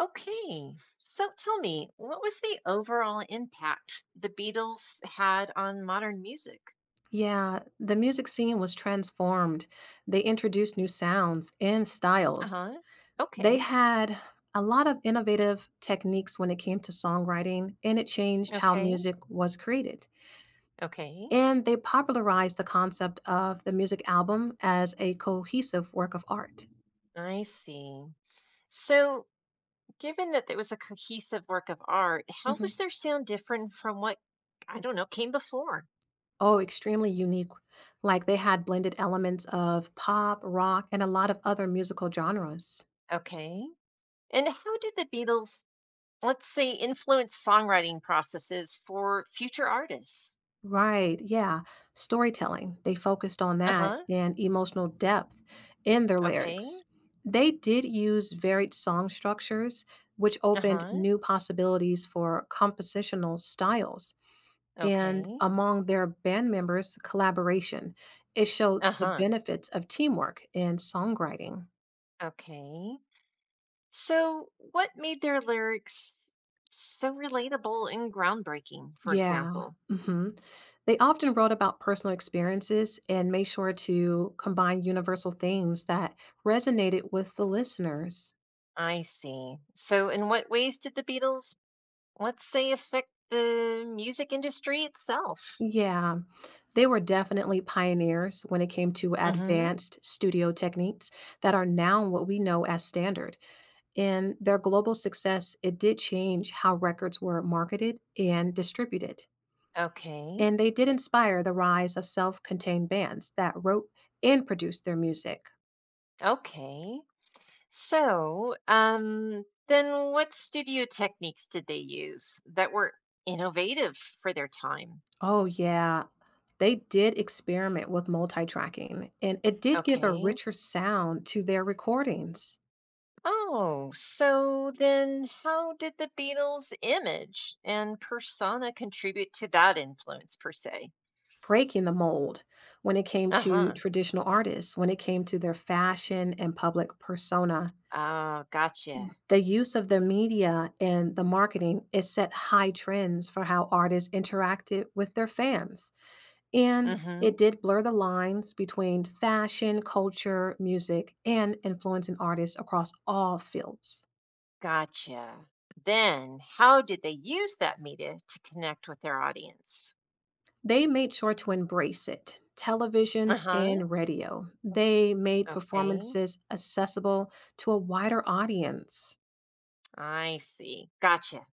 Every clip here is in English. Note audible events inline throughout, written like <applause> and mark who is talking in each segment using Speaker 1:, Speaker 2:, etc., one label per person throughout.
Speaker 1: Okay, so tell me, what was the overall impact the Beatles had on modern music?
Speaker 2: Yeah, the music scene was transformed. They introduced new sounds and
Speaker 1: Uh
Speaker 2: styles.
Speaker 1: huh.
Speaker 2: They
Speaker 1: Okay,
Speaker 2: had a lot of innovative techniques when it came to songwriting, and it changed how
Speaker 1: okay,
Speaker 2: music was created.
Speaker 1: okay.
Speaker 2: And they popularized the concept of the music album as a cohesive work of art.
Speaker 1: I see. So, given that it was a cohesive work of art, how was
Speaker 2: Mhm.
Speaker 1: their sound different from what, I don't know, came before?
Speaker 2: Oh, extremely unique. Like they had blended elements of pop, rock, and a lot of other musical genres.
Speaker 1: Okay. And how did the Beatles, let's say, influence songwriting processes for future artists?
Speaker 2: Right, yeah. Storytelling. They focused on
Speaker 1: Uh
Speaker 2: that
Speaker 1: huh.
Speaker 2: and emotional depth in their
Speaker 1: Okay.
Speaker 2: lyrics. They did use varied song structures, which
Speaker 1: Uh
Speaker 2: opened
Speaker 1: huh.
Speaker 2: new possibilities for compositional styles. And
Speaker 1: Okay.
Speaker 2: among their band members, collaboration. It showed
Speaker 1: Uh
Speaker 2: the
Speaker 1: huh.
Speaker 2: benefits of teamwork in songwriting.
Speaker 1: Okay. So, what made their lyrics so relatable and groundbreaking, for
Speaker 2: Yeah.
Speaker 1: example?
Speaker 2: Mhm. They often wrote about personal experiences and made sure to combine universal themes that resonated with the listeners.
Speaker 1: I see. So, in what ways did the Beatles, let's say, affect the music industry itself?
Speaker 2: Yeah, they were definitely pioneers when it came to
Speaker 1: Hmm.
Speaker 2: advanced studio techniques that are now what we know as standard. And their global success, it did change how records were marketed and distributed.
Speaker 1: Okay.
Speaker 2: And they did inspire the rise of self contained bands that wrote and produced their music.
Speaker 1: Okay. So, then what studio techniques did they use that were innovative for their time?
Speaker 2: Oh, yeah. They did experiment with multi-tracking, and it did give a
Speaker 1: Okay.
Speaker 2: richer sound to their recordings,
Speaker 1: Oh, so then how did the Beatles' image and persona contribute to that influence per se?
Speaker 2: breaking the mold when it came to
Speaker 1: Uh-huh.
Speaker 2: traditional artists, when it came to their fashion and public persona.
Speaker 1: Oh, gotcha.
Speaker 2: The use of the media and the marketing, it set high trends for how artists interacted with their fans, and
Speaker 1: Mm-hmm.
Speaker 2: it did blur the lines between fashion, culture, music, and influencing artists across all fields.
Speaker 1: Gotcha. Then how did they use that media to connect with their audience?
Speaker 2: They made sure to embrace it. Television
Speaker 1: Uh-huh.
Speaker 2: and radio. They made
Speaker 1: Okay.
Speaker 2: performances accessible to a wider audience.
Speaker 1: I see. Gotcha.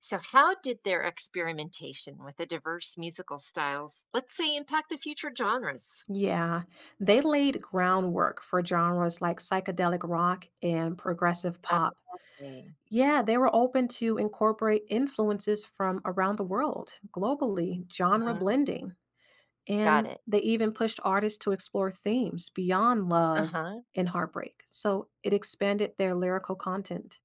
Speaker 1: So how did their experimentation with the diverse musical styles, let's say, impact the future genres?
Speaker 2: Yeah, they laid groundwork for genres like psychedelic rock and progressive pop.
Speaker 1: Okay.
Speaker 2: Yeah, they were open to incorporate influences from around the world, globally, genre
Speaker 1: Mhm.
Speaker 2: blending.
Speaker 1: Got
Speaker 2: And
Speaker 1: it.
Speaker 2: they even pushed artists to explore themes beyond love
Speaker 1: Uh-huh.
Speaker 2: and heartbreak. So it expanded their lyrical content.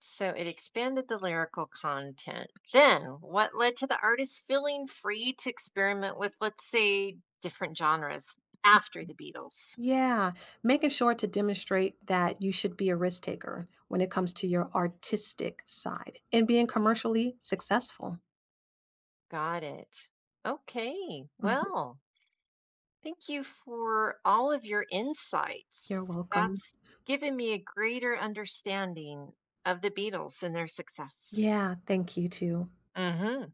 Speaker 1: So it expanded the lyrical content. Then, what led to the artist feeling free to experiment with, let's say, different genres after the Beatles?
Speaker 2: Yeah, making sure to demonstrate that you should be a risk taker when it comes to your artistic side and being commercially successful.
Speaker 1: Got it. Okay.
Speaker 2: <laughs>
Speaker 1: Well, thank you for all of your
Speaker 2: You're
Speaker 1: insights.
Speaker 2: welcome.
Speaker 1: That's given me a greater understanding of the Beatles and their success.
Speaker 2: Yeah, thank you too.
Speaker 1: Mm hmm.